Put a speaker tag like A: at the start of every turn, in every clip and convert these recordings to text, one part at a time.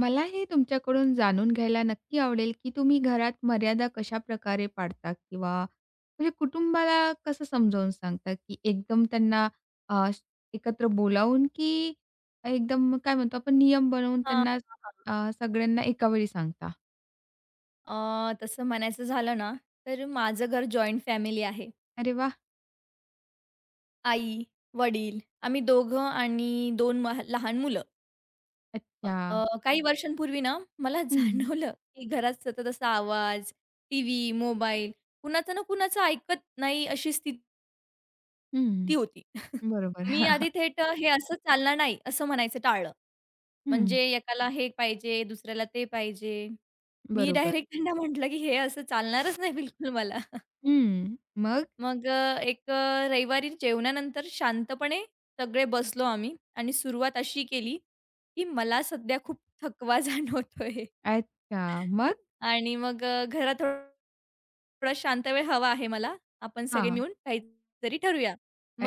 A: मला हे तुमच्याकडून जाणून घ्यायला नक्की आवडेल, की तुम्ही घरात मर्यादा कशाप्रकारे पाळता? किंवा म्हणजे कुटुंबाला कसं समजावून सांगता, की एकदम त्यांना अ, श- एकत्र बोलावून, की एकदम काय म्हणतो आपण नियम बनवून
B: हां,
A: त्यांना
B: हां,
A: सगळ्यांना एका वेळी सांगता?
B: हां. अ, तसं म्हणायचं झालं ना, तर माझं घर जॉइंट फॅमिली आहे.
A: अरे वाह!
B: आई, वडील आम्ही दोघं आणि दोन लहान मुलं.
A: अच्छा.
B: काही वर्षांपूर्वी ना, मला
A: हं,
B: जाणवलं, की घरात सतत असा आवाज, टीव्ही, मोबाईल कुणाचं ना कुणाचं ऐकत नाही अशी स्थिती
A: हं.
B: होती.
A: बरोबर.
B: मी आधी थेट हे असं चालणार नाही, असं म्हणायचं टाळलं.
A: हं.
B: म्हणजे एकाला हे पाहिजे, दुसऱ्याला ते पाहिजे. मी
A: बरोबर.
B: डायरेक्ट त्यांना म्हटलं, की हे असं चालणारच नाही बिलकुल मला.
A: हं. मग?
B: मग एक रविवारी जेवणानंतर शांतपणे सगळे बसलो आम्ही आणि सुरुवात अशी केली, की मला सध्या खूप थकवा जाणवतोय
A: अच्छा. मग?
B: आणि मग घरात थोडा शांत वेळ हवा आहे मला. आपण सगळे
A: हां.
B: मिळून काहीतरी ठरवूया.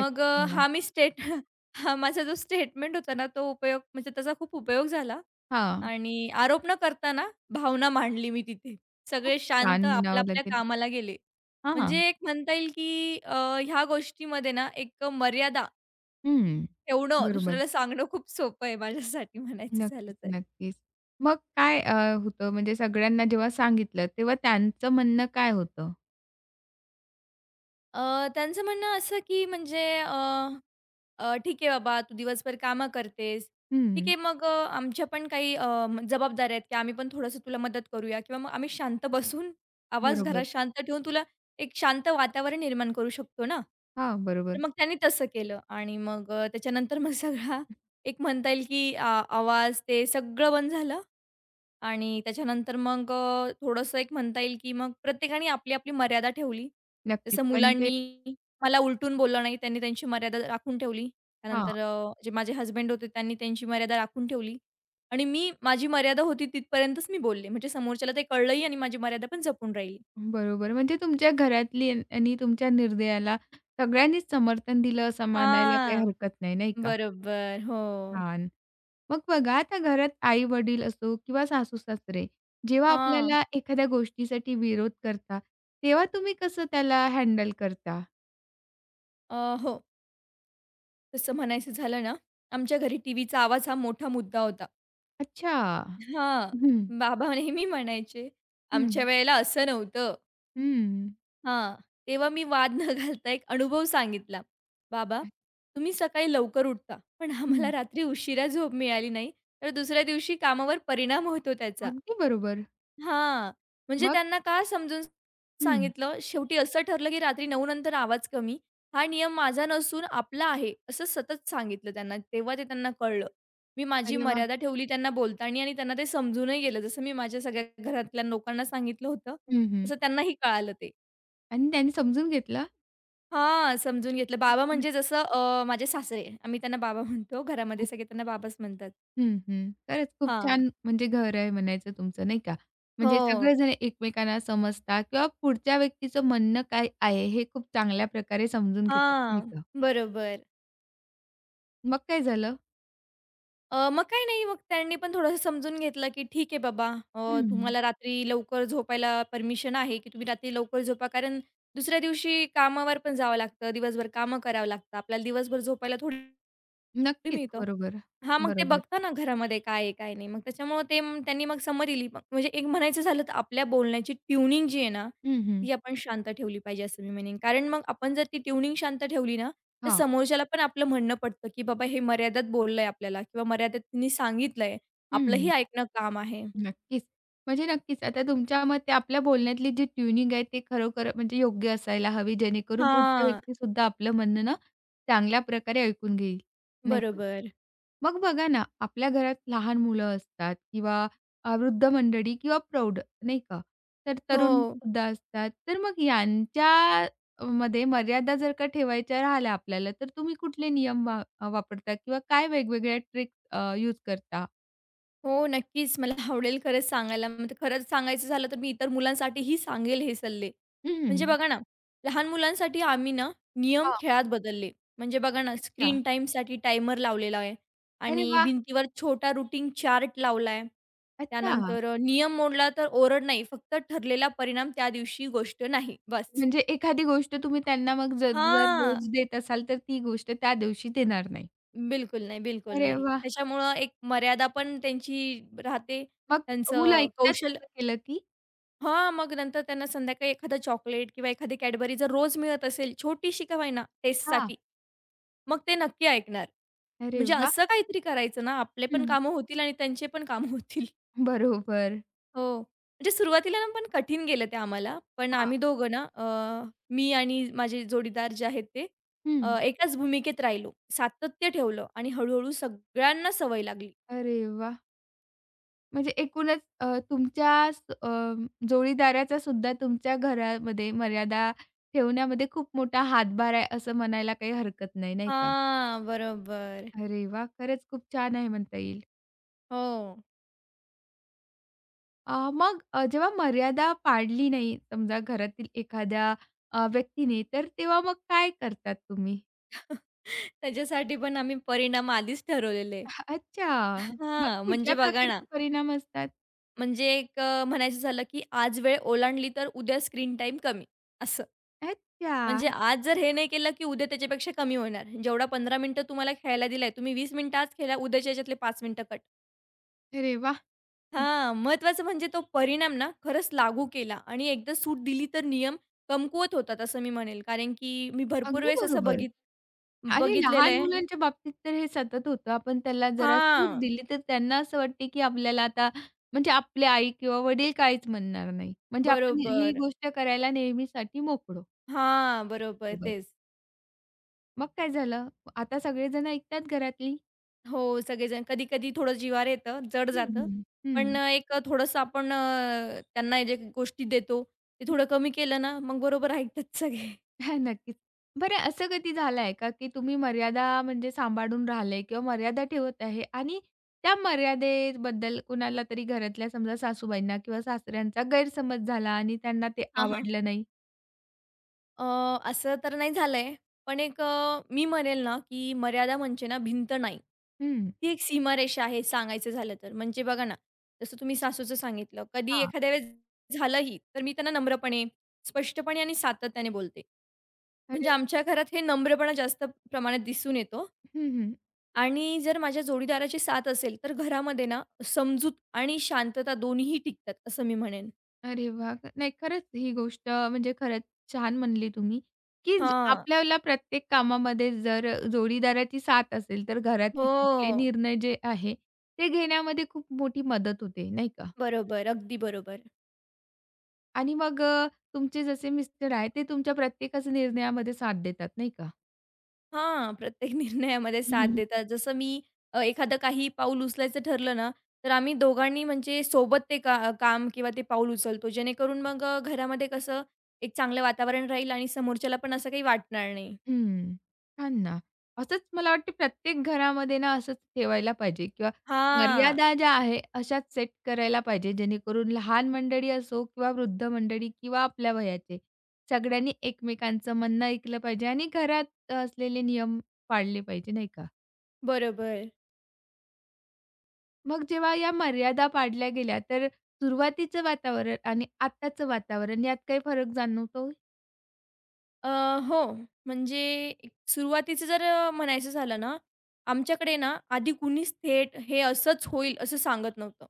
B: मग हा मी स्टेट हा माझा जो स्टेटमेंट होता ना, तो उपयोग म्हणजे त्याचा खूप उपयोग झाला
A: हां.
B: आणि आरोप न करताना भावना मांडली मी तिथे.
A: खूप
B: सगळे शांत
A: छान म्हणावं
B: आपल्या-आपल्या
A: लागेल.
B: कामाला गेले. म्हणजे
A: हां.
B: एक म्हणता येईल की ह्या गोष्टीमध्ये ना एक मर्यादा
A: हं.
B: ठेवणं,
A: बरोबर.
B: दुसऱ्याला सांगणं खूप सोपं आहे माझ्यासाठी म्हणायचं झालं
A: नक्कीच,
B: तर.
A: नक्कीच. मग काय, होतं म्हणजे सगळ्यांना जेव्हा सांगितलं, तेव्हा त्यांचं म्हणणं काय होतं?
B: त्यांचं म्हणणं असं की "ठीक आहे बाबा, तू दिवसभर कामं करतेस. ठीक
A: हं.
B: आहे, मग आमच्या पण काही जबाबदाऱ्या आहेत, की आम्ही पण थोडंसं तुला मदत करूया किंवा मग आम्ही शांत बसून आवाज
A: बरोबर.
B: घरात शांत ठेवून तुला एक शांत वातावरण निर्माण करू शकतो ना."
A: हां,
B: तर
A: बरोबर.
B: मग त्यांनी तसं केलं आणि मग त्याच्यानंतर मग सगळा एक म्हणता येईल की आवाज ते सगळं बंद झालं आणि त्याच्यानंतर मग थोडंसं एक म्हणता येईल की मग प्रत्येकाने आपली-आपली मर्यादा ठेवली.
A: नक्कीच.
B: जसं
A: म्हणजे
B: मुलांनी मला उलटून बोललं नाही, त्यांनी त्यांची मर्यादा राखून ठेवली.
A: हां,
B: त्यानंतर जे माझे हसबंड होते त्यांनी त्यांची मर्यादा राखून ठेवली आणि मी माझी मर्यादा होती तिथपर्यंतच मी बोलले. म्हणजे समोरच्याला ते कळलंही आणि माझी मर्यादा पण जपून राहिली.
A: बरोबर. म्हणजे आणि तुमच्या निर्णयाला सगळ्यांनीच समर्थन दिलं असं मानायला काही
B: हां,
A: हरकत नाही, नाही का?
B: बरोबर. हो.
A: छान. मग बघा आता घरात आई-वडील असो किंवा सासू-सासरे जेव्हा
B: हां.
A: आपल्याला एखाद्या गोष्टीसाठी विरोध करतात, तेव्हा तुम्ही कसं त्याला हँडल करता?
B: अ, हो. तसं म्हणायचं झालं ना, आमच्या घरी टीव्हीचा आवाज हा मोठा मुद्दा होता.
A: अच्छा.
B: हां,
A: हं,
B: बाबा नेहमी म्हणायचे,
A: हं,
B: "आमच्या वेळेला असं नव्हतं."
A: हं.
B: हां, तेव्हा मी वाद न घालता एक अनुभव सांगितला. "बाबा, तुम्ही सकाळी लवकर उठता, पण आम्हाला
A: हं,
B: रात्री उशिरा झोप मिळाली नाही, तर दुसऱ्या दिवशी कामावर परिणाम होतो त्याचा."
A: अगदी बरोबर.
B: हां, म्हणजे
A: मग?
B: त्यांना का समजून
A: हं.
B: सांगितलं, शेवटी असं ठरलं की रात्री 9 नंतर आवाज कमी. हा नियम माझा नसून आपला आहे, असं सतत सांगितलं त्यांना. तेव्हा ते त्यांना कळलं. मी माझी
A: अरे वाह!
B: मर्यादा ठेवली त्यांना बोलताना आणि त्यांना ते समजूनही गेलं. जसं मी माझ्या सगळ्या घरातल्या लोकांना सांगितलं होतं,
A: हं, हं.
B: तसं त्यांनाही कळालं ते.
A: आणि त्यांनी समजून घेतलं?
B: हां, समजून घेतलं. बाबा म्हणजे जसं माझे सासरे, आम्ही त्यांना बाबा म्हणतो. घरामध्ये सगळे त्यांना बाबाच म्हणतात.
A: हं, हं. खरंच खूप
B: हां.
A: छान म्हणजे घर आहे म्हणायचं तुमचं नाही का? म्हणजे
B: हो.
A: सगळेजण एकमेकांना समजतात किंवा पुढच्या व्यक्तीचं म्हणणं काय आहे हे खूप चांगल्या प्रकारे समजून घेतात नाही
B: हां,
A: का?
B: बरोबर.
A: मग काय झालं?
B: मग काही नाही, मग त्यांनी पण थोडंसं समजून घेतलं, की "ठीक आहे बाबा,
A: हं, हं.
B: तुम्हाला रात्री लवकर झोपायला परमिशन आहे, की तुम्ही रात्री लवकर झोपा." कारण दुसऱ्या दिवशी कामावर पण जावं लागतं, दिवसभर कामं करावं लागतं. आपल्याला दिवसभर झोपायला थोडी
A: नक्कीच.
B: मिळतं.
A: बरोबर,
B: हां, मग ते
A: बरोबर.
B: बघता ना घरामध्ये काय आहे, काय नाही. मग त्याच्यामुळं त्यांनी मग संमती दिली. मग म्हणजे एक म्हणायचं झालं तर आपल्या बोलण्याची ट्यूनिंग जी आहे ना,
A: हं, हं.
B: ती आपण शांत ठेवली पाहिजे असं मी म्हणेन. कारण मग आपण जर ती ट्यूनिंग शांत ठेवली ना, तर
A: हां.
B: समोरच्याला पण आपलं म्हणणं पडतं, की बाबा हे मर्यादेत बोललंय आपल्याला किंवा मर्यादेत तिने सांगितलंय. आपलंही
A: हं.
B: ऐकणं काम आहे.
A: नक्कीच. म्हणजे नक्कीच आता तुमच्या मते आपल्या बोलण्यातली जी ट्यूनिंग आहे, ते खरोखर म्हणजे योग्य असायला हवी, जेणेकरून पुढचा
B: हां,
A: व्यक्तीसुद्धा आपलं म्हणणं ना, चांगल्या प्रकारे ऐकून घेईल, नाही का?
B: बरोबर.
A: मग बघा ना, आपल्या घरात लहान मुलं असतात किंवा वृद्ध मंडळी किंवा प्रौढ, नाही का? तर
B: हो.
A: तरुणसुद्धा असतात. तर मग यांच्या मध्ये मर्यादा जर का ठेवायच्या राहिल्या आपल्याला, तर तुम्ही कुठले नियम वा वापरता किंवा काय वेगवेगळ्या ट्रिक्स यूज करता?
B: हो, नक्कीच. मला आवडेल खरंच सांगायला. म्हणजे खरंच सांगायचं झालं तर मी इतर मुलांसाठीही सांगेल हे सल्ले.
A: हं.
B: म्हणजे बघा ना, लहान मुलांसाठी आम्ही ना नियम
A: हां.
B: खेळात बदलले. म्हणजे बघा ना,
A: अच्छा.
B: स्क्रीन टाईमसाठी टायमर लावलेला आहे
A: अरे
B: आणि
A: वाह!
B: भिंतीवर छोटा रुटीन चार्ट लावला आहे.
A: अच्छा.
B: त्यानंतर नियम मोडला तर ओरड नाही, फक्त ठरलेला परिणाम त्या दिवशी गोष्ट नाही, बस.
A: म्हणजे एखादी गोष्ट तुम्ही त्यांना मग जर जर
B: हां.
A: रोज देत असाल, तर ती गोष्ट त्या दिवशी देणार नाही.
B: बिलकुल नाही, बिलकुल
A: अरे
B: नाही.
A: वाह!
B: त्याच्यामुळं एक मर्यादा पण त्यांची राहते.
A: मग मुलं
B: त्यांचं
A: ऐकतात
B: कौशल
A: कसं केलं की?
B: हां, मग नंतर त्यांना संध्याकाळी एखादं चॉकलेट किंवा एखादी Cadbury जर रोज मिळत असेल, छोटीशी का होईना
A: हां.
B: टेस्टसाठी, मग ते नक्की ऐकणार.
A: अरे
B: म्हणजे
A: वाह!
B: असं काहीतरी करायचं ना, आपले पण
A: हं.
B: कामं होतील आणि त्यांचे पण कामं होतील.
A: बरोबर.
B: हो. म्हणजे सुरुवातीला ना पण कठीण गेलं ते आम्हाला. पण
A: हां.
B: आम्ही दोघं ना मी आणि माझे जोडीदार जे आहेत ते
A: हं.
B: एकाच भूमिकेत राहिलो. सातत्य ठेवलं आणि हळू सगळ्यांना सवय लागली.
A: अरे वाह! म्हणजे एकूणच, अ, तुमच्या स अ, जोडीदाराचा सुद्धा तुमच्या घरामध्ये मर्यादा ठेवण्यामध्ये खूप मोठा हातभार आहे, असं म्हणायला काही हरकत नाही, नाही का?
B: हां, बरोबर.
A: अरे वाह! खरंच खूप छान आहे म्हणता येईल.
B: हो.
A: मग, जेव्हा मर्यादा पाळली नाही समजा घरातील एखाद्या व्यक्तीने, तर तेव्हा मग काय करतात तुम्ही?
B: त्याच्यासाठी पण आम्ही परिणाम आधीच ठरवलेले.
A: अच्छा. मग
B: हां, म्हणजे
A: कुठल्या मग
B: बघा ना,
A: प्रकारचे परिणाम असतात?
B: म्हणजे म्हणायचं झालं, की आज वेळ ओलांडली तर उद्या स्क्रीन टाईम कमी, असं.
A: अच्छा.
B: म्हणजे आज जर हे नाही केलं, की उद्या त्याच्यापेक्षा कमी होणार. जेवढा 15 मिनिटं तुम्हाला खेळायला दिलाय, तुम्ही 20 मिनिटं आज खेळा, उद्याच्या ह्याच्यातले 5 मिनिटं कट.
A: अरे वाह! हं,
B: हां, महत्त्वाचं म्हणजे तो परिणाम ना खरंच लागू केला आणि एकदा सूट दिली तर नियम कमकुवत होतात, असं मी म्हणेल. कारण की मी भरपूर
A: अगदी
B: वेळेस असं
A: बरोबर.
B: बघित
A: आणि
B: बघितलेलं
A: लहान
B: आहे.
A: मुलांच्या बाबतीत तर हे सतत होतं. आपण त्याला जरा
B: हां,
A: सूट दिली, तर त्यांना असं वाटते, की आपल्याला आता म्हणजे आपली आई किंवा वडील काहीच म्हणणार नाही. म्हणजे आपण ही
B: बरोबर.
A: गोष्ट करायला नेहमीसाठी मोकळो.
B: हां, बरोबर
A: बरोबर.
B: तेच.
A: मग काय झालं? आता सगळेजण ऐकतात घरातली.
B: हो, सगळेजण. कधी-कधी थोडं जिवावर येतं, जड
A: हं,
B: जातं.
A: हं.
B: पण
A: हं.
B: थोडंसं त्यांना जे गोष्टी देतो, ते थोडं कमी केलं ना, मग बरोबर ऐकतात सगळे.
A: हां, नक्कीच. बरं असं कधी झालंय का, की तुम्ही मर्यादा म्हणजे सांभाळून राहिले किंवा मर्यादा ठेवत आहे आणि त्या मर्यादेबद्दल कुणाला तरी घरातल्या समजा सासूबाईंना किंवा सासऱ्यांचा गैरसमज झाला आणि त्यांना ते
B: हां, हां.
A: आवडलं नाही?
B: अ, असं तर नाही झालंय. पण मी म्हणेल ना, की मर्यादा म्हणजे ना भिंत नाही.
A: हं.
B: ती एक सीमारेषा आहे सांगायचं झालं तर. म्हणजे बघा ना, जसं तुम्ही सासूचं सांगितलं. कधी
A: हां.
B: एखाद्या वेळेस झालंही, तर मी त्यांना नम्रपणे, स्पष्टपणे आणि सातत्याने बोलते.
A: अरे
B: म्हणजे
A: वाह!
B: आमच्या घरात हे नम्रपणा जास्त प्रमाणात दिसून येतो.
A: हं,
B: आणि जर माझ्या जोडीदाराची साथ असेल, तर घरामध्ये ना समजूत आणि शांतता दोन्हीही टिकतात, असं मी म्हणेन.
A: अरे वाह! नाही, खरंच ही गोष्ट म्हणजे खरंच छान म्हणली तुम्ही, की
B: हां.
A: आपल्याला प्रत्येक कामामध्ये जर जोडीदाराची साथ असेल, तर
B: हो.
A: घरातले कुठले निर्णय जे आहे, ते घेण्यामध्ये खूप मोठी मदत होते, नाही का?
B: बरोबर. अगदी बरोबर.
A: आणि मग, तुमचे जसे मिस्टर आहेत, ते तुमच्या प्रत्येकाच्या निर्णयामध्ये साथ देतात, नाही का?
B: हां, प्रत्येक निर्णयामध्ये साथ देतात. जसं मी एखादं काही पाऊल उचलायचं ठरलं ना, तर आम्ही दोघांनी म्हणजे सोबत ते का काम किंवा ते पाऊल उचलतो. जेणेकरून मग घरामध्ये कसं एक चांगलं वातावरण राहील आणि समोरच्याला पण असं काही वाटणार नाही.
A: हं. छान ना. असंच मला वाटतं प्रत्येक घरामध्ये ना असंच ठेवायला पाहिजे किंवा
B: हां.
A: मर्यादा ज्या आहे अशाच सेट करायला पाहिजे, जेणेकरून लहान मंडळी असो किंवा वृद्ध मंडळी किंवा आपल्या वयाचे सगळ्यांनी एकमेकांचं म्हणणं ऐकलं पाहिजे आणि घरात असलेले नियम पाळले पाहिजे, नाही का?
B: बरोबर.
A: मग जेव्हा या मर्यादा पाडल्या गेल्या, तर सुरुवातीचं वातावरण आणि आत्ताचं वातावरण यात काही फरक जाणवतो?
B: अ, हो. म्हणजे सुरुवातीचं म्हणायचं झालं ना, आमच्याकडे ना आधी कुणीच थेट हे असंच होईल असं सांगत नव्हतं.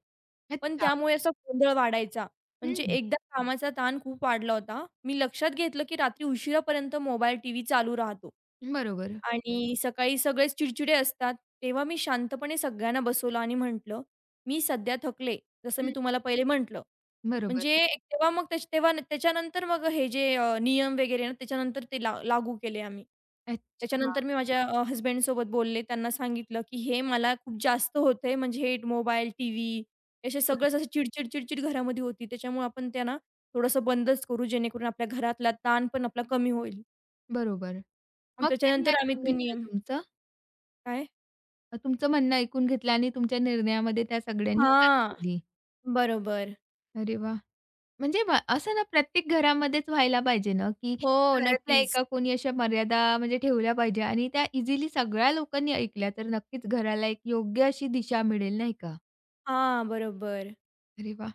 B: पण
A: अच्छा.
B: त्यामुळे असा गोंधळ वाढायचा. म्हणजे
A: हं.
B: एकदा कामाचा ताण खूप वाढला होता. मी लक्षात घेतलं, की रात्री उशिरापर्यंत मोबाईल, टीव्ही चालू राहतो.
A: बरोबर.
B: आणि सकाळी सगळेच चिडचिडे असतात. तेव्हा मी शांतपणे सगळ्यांना बसवलं आणि म्हटलं, "मी सध्या थकले." जसं मी
A: हं.
B: तुम्हाला पहिले म्हटलं.
A: बरोबर.
B: म्हणजे एक तेव्हा मग त्याच तेव्हा न- त्याच्यानंतर मग हे जे नियम वगैरे ना त्याच्यानंतर ते ला लागू केले आम्ही. हं.
A: अच्छा.
B: त्याच्यानंतर मी माझ्या हसबँडसोबत बोलले. त्यांना सांगितलं, की हे मला खूप जास्त होतंय म्हणजे हे मोबाईल, टीव्ही असे
A: बरोबर.
B: सगळंच असं चिडचिड-चिडचिड घरामध्ये होती. त्याच्यामुळे आपण ते थोडंसं बंदच करू जेणेकरून आपल्या घरातला ताण पण आपला कमी होईल.
A: बरोबर.
B: मग
A: मग त्यांनी
B: त्याच्यानंतर आम्ही
A: ऐकून
B: ते
A: घेतलं
B: नियम
A: तुमचं?
B: काय?
A: तुमचं म्हणणं ऐकून घेतलं आणि तुमच्या निर्णयामध्ये त्या सगळ्यांनी साथ
B: हां,
A: दिली.
B: बरोबर.
A: अरे वाह! म्हणजे असं ना प्रत्येक घरामध्येच व्हायला पाहिजे ना, की
B: हो,
A: घरातल्या
B: नक्कीच.
A: एका कोणी अशा मर्यादा म्हणजे ठेवल्या पाहिजे आणि त्या इझिली सगळ्या लोकांनी ऐकल्या तर नक्कीच घराला एक योग्य अशी दिशा मिळेल, नाही का?
B: हां, बरोबर.
A: अरे वाह!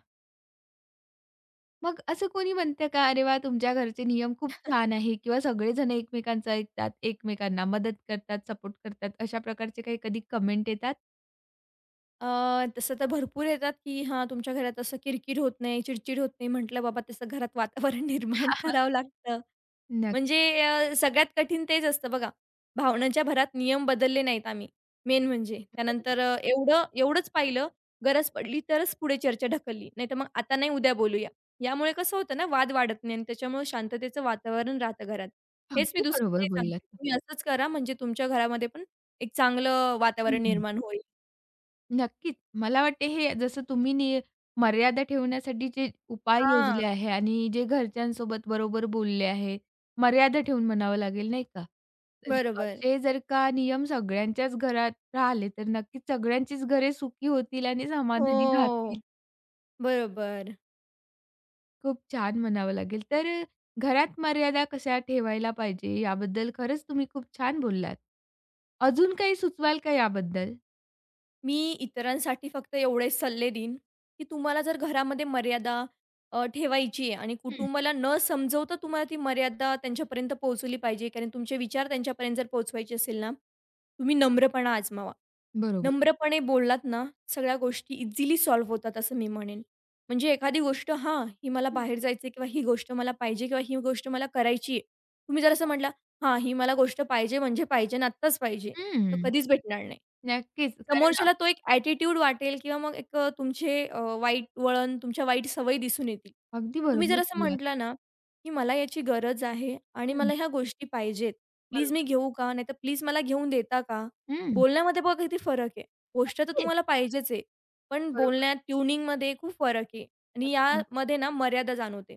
A: मग असं कोणी म्हणतं का, "अरे वाह! तुमच्या घरचे नियम खूप छान आहे" किंवा सगळेजण एकमेकांचं ऐकतात, एकमेकांना मदत करतात, सपोर्ट करतात, अशा प्रकारचे काही कधी कमेंट येतात?
B: अ, तसं तर भरपूर येतात, की हां, तुमच्या घरात असं किरकिर होत नाही, चिडचिड होत नाही. म्हटलं बाबा तसं घरात वातावरण निर्माण करावं लागतं.
A: नक्की.
B: म्हणजे सगळ्यात कठीण तेच असतं बघा. भावनांच्या भरात नियम बदलले नाहीत आम्ही, मेन म्हणजे.
A: बरोबर.
B: त्यानंतर अ, एवढं एवढंच पाहिलं, गरज पडली तरच पुढे चर्चा ढकलली. नाहीतर मग आता नाही, उद्या बोलूया. यामुळे कसं होतं ना, वाद वाढत नाही आणि त्याच्यामुळे शांततेचं वातावरण राहतं घरात. हेच मी
A: अगदी बरोबर
B: दुसऱ्यांनाही
A: बोललात.
B: सांगते. तुम्ही असंच करा म्हणजे तुमच्या घरामध्ये पण एक चांगलं वातावरण
A: हं.
B: निर्माण होईल.
A: नक्कीच. मला वाटते हे जसं तुम्ही मर्यादा ठेवण्यासाठी जे उपाय
B: हां,
A: योजले आहे आणि जे घरच्यांसोबत बरोबर बोलले आहे, मर्यादा ठेवून म्हणावं लागेल नाही का? तर
B: बरोबर.
A: असे जर का नियम सगळ्यांच्याच घरात राहिले, तर नक्कीच सगळ्यांचीच घरे सुखी होतील आणि समाधानी
B: हो,
A: राहतील.
B: बरोबर.
A: खूप छान म्हणावं लागेल. तर घरात मर्यादा कशा ठेवायला पाहिजे याबद्दल खरंच तुम्ही खूप छान बोललात. अजून काही सुचवाल का याबद्दल?
B: मी इतरांसाठी फक्त एवढेच सल्ले देईन, की तुम्हाला जर घरामध्ये मर्यादा ठेवायची आहे आणि
A: हं.
B: कुटुंबाला न समजवता तुम्हाला ती मर्यादा त्यांच्यापर्यंत पोहोचवली पाहिजे. कारण तुमचे विचार त्यांच्यापर्यंत जर पोहोचवायचे असेल ना, तुम्ही नम्रपणा आजमावा.
A: बरोबर.
B: नम्रपणे बोललात ना, सगळ्या गोष्टी इझिली सॉल्व्ह होतात असं मी म्हणेन. म्हणजे एखादी गोष्ट हां, ही मला बाहेर जायचं किंवा ही गोष्ट मला पाहिजे किंवा ही गोष्ट मला करायची आहे. तुम्ही जर असं म्हटला, "हां, ही मला गोष्ट पाहिजे म्हणजे पाहिजे आणि आत्ताच पाहिजे." तर
A: हं.
B: कधीच भेटणार नाही.
A: नक्कीच.
B: समोरच्याला तो एक ॲटिट्यूड वाटेल किंवा मग तुमचे वाईट वळण, तुमच्या वाईट सवयी दिसून येतील.
A: अगदी
B: तुम्ही
A: बरोबर
B: जर असं
A: बोललात.
B: म्हटलं ना, की "मला याची गरज आहे आणि
A: हं.
B: मला ह्या गोष्टी पाहिजेत. प्लीज मी
A: बरोबर.
B: घेऊ का? नाहीतर प्लीज मला घेऊन देता का?"
A: हं.
B: बोलण्यामध्ये बघा किती फरक आहे. गोष्ट तर
A: नक्कीच.
B: तुम्हाला पाहिजेच आहे, पण
A: बरोबर.
B: बोलण्यात, ट्युनिंगमध्ये खूप फरक आहे. आणि
A: नक्की.
B: यामध्ये ना मर्यादा जाणवते.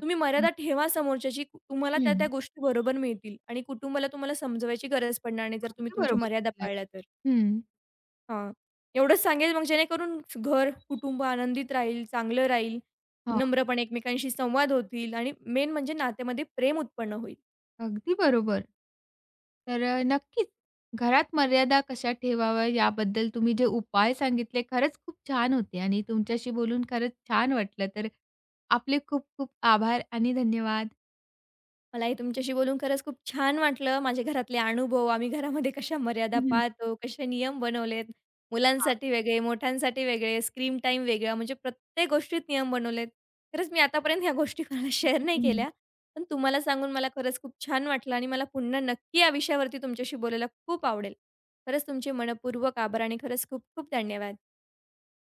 B: तुम्ही मर्यादा ठेवा समोरच्याची. तुम्हाला त्या, त्या
A: हं.
B: गोष्टी बरोबर मिळतील आणि कुटुंबाला तुम्हाला समजवायची गरज पडणार नाही, जर तुम्ही
A: अगदी
B: तुमच्या
A: बरोबर
B: मर्यादा
A: बोललात.
B: पाळल्या तर.
A: हं.
B: हां. एवढंच सांगेल मग जेणेकरून घर, कुटुंब आनंदित राहील, चांगलं राहील,
A: हां.
B: नम्रपणे एकमेकांशी संवाद होतील आणि मेन म्हणजे नात्यामध्ये प्रेम उत्पन्न होईल.
A: अगदी बरोबर. तर, नक्कीच घरात मर्यादा कशा ठेवाव्या याबद्दल तुम्ही जे उपाय सांगितले खरंच खूप छान होते आणि तुमच्याशी बोलून खरंच छान वाटलं. तर आपले खूप खूप आभार आणि धन्यवाद.
B: मलाही तुमच्याशी बोलून खरंच खूप छान वाटलं. माझे घरातले अनुभव, आम्ही घरामध्ये कशा मर्यादा
A: हं, हं.
B: पाळतो, कसे नियम बनवलेत,
A: हां.
B: मुलांसाठी वेगळे, मोठ्यांसाठी वेगळे, स्क्रीन टाईम वेगळा, म्हणजे प्रत्येक गोष्टीत नियम बनवलेत. खरंच मी आतापर्यंत ह्या गोष्टी कोणाला शेअर नाही केल्या. पण तुम्हाला सांगून मला खरंच खूप छान वाटलं आणि मला पुन्हा नक्की या विषयावरती तुमच्याशी बोलायला खूप आवडेल. खरंच तुमचे मनःपूर्वक आभार आणि खरंच खूप खूप धन्यवाद.